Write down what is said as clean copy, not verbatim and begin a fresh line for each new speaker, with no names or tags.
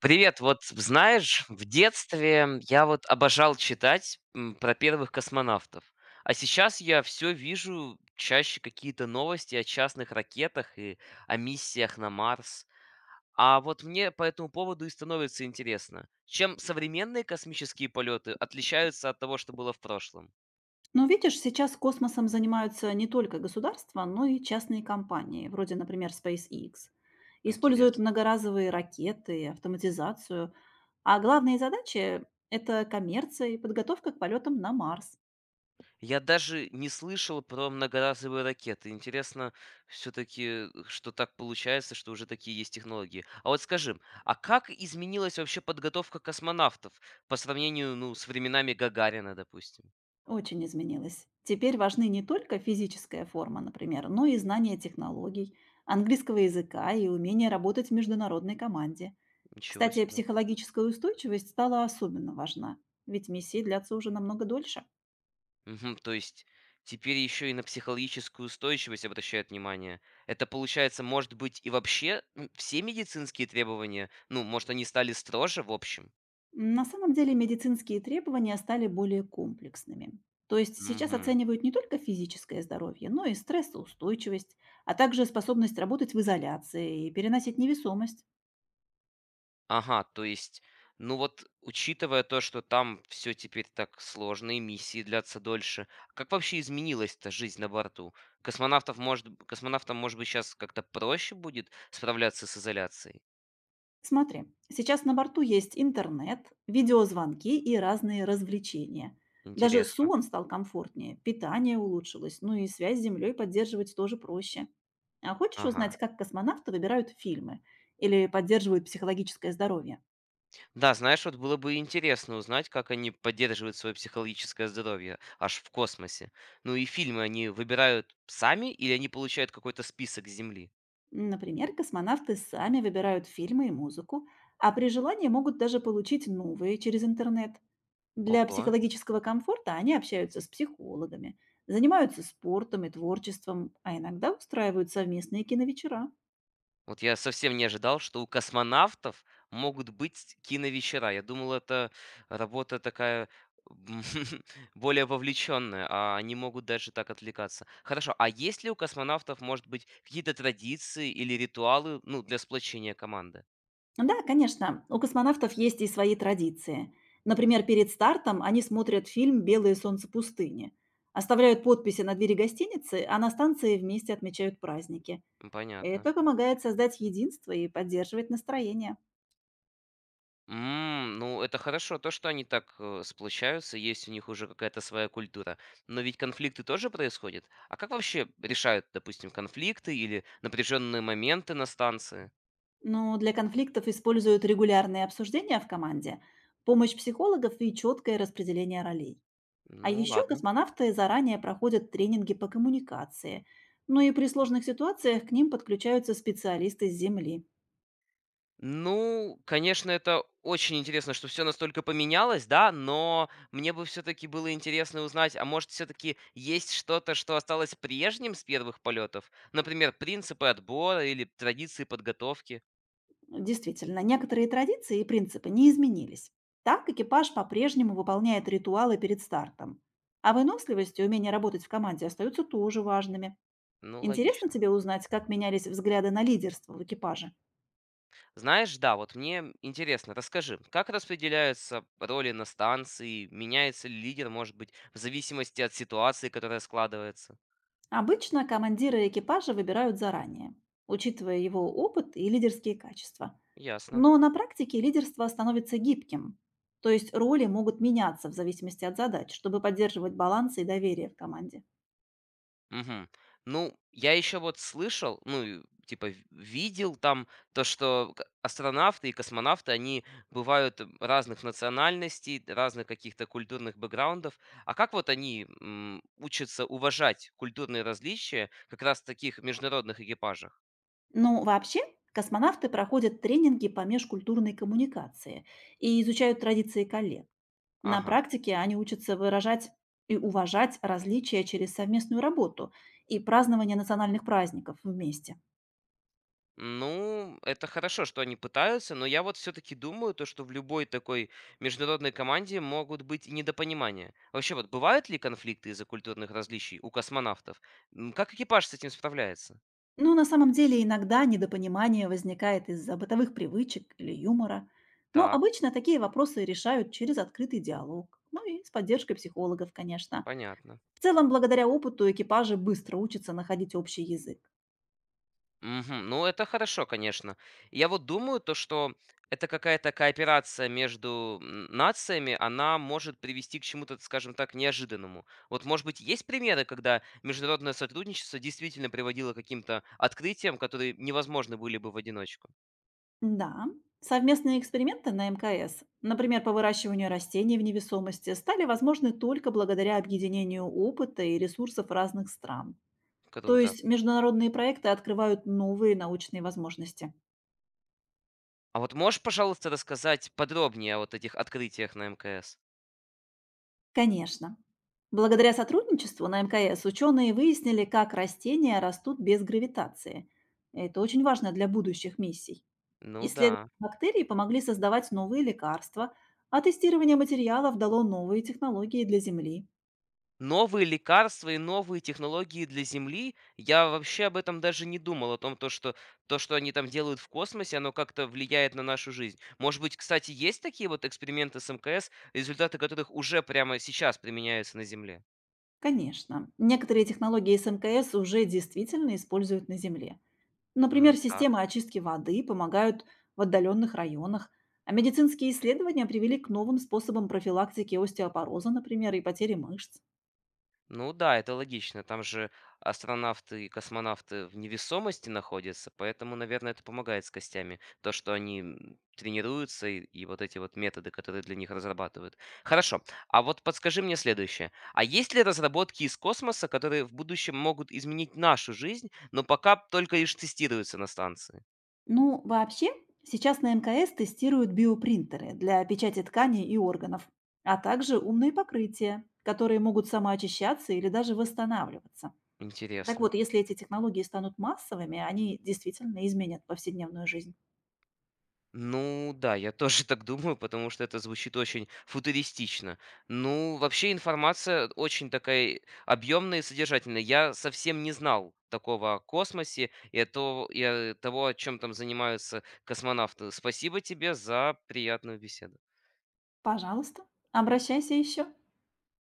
Привет, вот знаешь, в детстве я вот обожал читать про первых космонавтов, а сейчас я все вижу чаще какие-то новости о частных ракетах и о миссиях на Марс. А вот мне по этому поводу и становится интересно, чем современные космические полеты отличаются от того, что было в прошлом.
Но видишь, сейчас космосом занимаются не только государства, но и частные компании, вроде, например, SpaceX. Используют
Интересно.
многоразовые ракеты, автоматизацию. А главные задачи– это коммерция и подготовка к полетам на Марс.
Я даже не слышал про многоразовые ракеты. Интересно, все-таки, что так получается, что уже такие есть технологии. А вот скажи, а как изменилась вообще подготовка космонавтов по сравнению, ну, с временами Гагарина, допустим?
Очень изменилось. Теперь важны не только физическая форма, например, но и знание технологий, английского языка и умение работать в международной команде.
Ничего
Кстати,
себе.
психологическая устойчивость стала особенно важна, ведь миссии длятся уже намного дольше.
Мгм, то есть теперь еще и на психологическую устойчивость обращают внимание. Это получается, может быть, и вообще все медицинские требования, ну, может, они стали строже в общем?
На самом деле медицинские требования стали более комплексными. То есть сейчас
Мгм.
оценивают не только физическое здоровье, но и стрессоустойчивость, а также способность работать в изоляции и переносить невесомость.
Ага, то есть, ну вот, учитывая то, что там все теперь так сложно и миссии длятся дольше, как вообще изменилась-то жизнь на борту? Космонавтов, может б космонавтам, может быть, сейчас как-то проще будет справляться с изоляцией?
Смотри, сейчас на борту есть интернет, видеозвонки и разные развлечения. Даже
Интересно.
сон стал комфортнее, питание улучшилось, ну и связь с Землей поддерживать тоже проще. А хочешь
Ага.
узнать, как космонавты выбирают фильмы или поддерживают психологическое здоровье?
Да, знаешь, вот было бы интересно узнать, как они поддерживают свое психологическое здоровье аж в космосе. Ну и фильмы они выбирают сами или они получают какой-то список с Земли?
Например, космонавты сами выбирают фильмы и музыку, а при желании могут даже получить новые через интернет. Для
Ого.
психологического комфорта они общаются с психологами, занимаются спортом и творчеством, а иногда устраивают совместные киновечера.
Вот я совсем не ожидал, что у космонавтов могут быть киновечера. Я думал, это работа такая м, более вовлеченная, а они могут даже так отвлекаться. Хорошо, а есть ли у космонавтов, может быть, какие-то традиции или ритуалы, ну, для сплочения команды?
Да, конечно, у космонавтов есть и свои традиции. Например, перед стартом они смотрят фильм «Белое солнце пустыни», оставляют подписи на двери гостиницы, а на станции вместе отмечают праздники.
Понятно.
Это помогает создать единство и поддерживать настроение.
Ну, это хорошо, то, что они так сплочаются, есть у них уже какая-то своя культура. Но ведь конфликты тоже происходят. А как вообще решают, допустим, конфликты или напряженные моменты на станции?
Но для конфликтов используют регулярные обсуждения в команде, помощь психологов и четкое распределение ролей. А
Ну,
еще
ладно.
космонавты заранее проходят тренинги по коммуникации. Ну и при сложных ситуациях к ним подключаются специалисты с Земли.
Ну, конечно, это очень интересно, что все настолько поменялось, да, но мне бы все таки было интересно узнать, а может, все таки есть что-то, что осталось прежним с первых полетов? Например, принципы отбора или традиции подготовки?
Действительно, некоторые традиции и принципы не изменились. Так экипаж по-прежнему выполняет ритуалы перед стартом. А выносливость и умение работать в команде остаются тоже важными.
Ну,
Интересно
логично.
тебе узнать, как менялись взгляды на лидерство в экипаже?
Знаешь, да, вот мне интересно, расскажи, как распределяются роли на станции, меняется ли лидер, может быть, в зависимости от ситуации, которая складывается?
Обычно командиры экипажа выбирают заранее, учитывая его опыт и лидерские качества.
Ясно.
Но на практике лидерство становится гибким, то есть роли могут меняться в зависимости от задач, чтобы поддерживать баланс и доверие в команде.
Мгм. Ну, я еще вот слышал, ну, и, типа, видел там то, что астронавты и космонавты, они бывают разных национальностей, разных каких-то культурных бэкграундов. А как вот они учатся уважать культурные различия как раз в таких международных экипажах?
Ну, вообще, космонавты проходят тренинги по межкультурной коммуникации и изучают традиции коллег. На
Ага.
практике они учатся выражать и уважать различия через совместную работу и празднование национальных праздников вместе.
Ну, это хорошо, что они пытаются, но я вот все-таки думаю, то, что в любой такой международной команде могут быть и недопонимания. Вообще, вот бывают ли конфликты из-за культурных различий у космонавтов? Как экипаж с этим справляется?
Но на самом деле иногда недопонимание возникает из-за бытовых привычек или юмора. Но
Так,
обычно такие вопросы решают через открытый диалог. Ну и с поддержкой психологов, конечно.
понятно.
В целом, благодаря опыту экипажи быстро учатся находить общий язык.
Мгм. Ну, это хорошо, конечно. Я вот думаю, то, что это какая-то кооперация между нациями, она может привести к чему-то, скажем так, неожиданному. Вот, может быть, есть примеры, когда международное сотрудничество действительно приводило к каким-то открытиям, которые невозможны были бы в одиночку.
Да, совместные эксперименты на МКС, например, по выращиванию растений в невесомости, стали возможны только благодаря объединению опыта и ресурсов разных стран. То
Круто.
есть международные проекты открывают новые научные возможности.
А вот можешь, пожалуйста, рассказать подробнее о вот этих открытиях на МКС?
Конечно. Благодаря сотрудничеству на МКС ученые выяснили, как растения растут без гравитации. Это очень важно для будущих миссий.
Ну
Исследования
да.
бактерий помогли создавать новые лекарства, а тестирование материалов дало новые технологии для Земли.
Новые лекарства и новые технологии для Земли. Я вообще об этом даже не думал, о том, то, что они там делают в космосе, оно как-то влияет на нашу жизнь. Может быть, кстати, есть такие вот эксперименты с МКС, результаты которых уже прямо сейчас применяются на Земле?
Конечно, некоторые технологии с МКС уже действительно используют на Земле. Например,
Так.
системы очистки воды помогают в отдаленных районах, а медицинские исследования привели к новым способам профилактики остеопороза, например, и потери мышц.
Ну да, это логично. Там же астронавты и космонавты в невесомости находятся, поэтому, наверное, это помогает с костями. То, что они тренируются и вот эти вот методы, которые для них разрабатывают. Хорошо. А вот подскажи мне следующее. А есть ли разработки из космоса, которые в будущем могут изменить нашу жизнь, но пока только лишь тестируются на станции?
Ну, вообще, сейчас на МКС тестируют биопринтеры для печати тканей и органов, а также умные покрытия, которые могут самоочищаться или даже восстанавливаться. Так
Интересно.
вот, если эти технологии станут массовыми, они действительно изменят повседневную жизнь.
Ну да, я тоже так думаю, потому что это звучит очень футуристично. Ну, вообще информация очень такая объемная и содержательная. Я совсем не знал такого о космосе и о того, о чем там занимаются космонавты. Спасибо тебе за приятную беседу.
Пожалуйста, обращайся еще.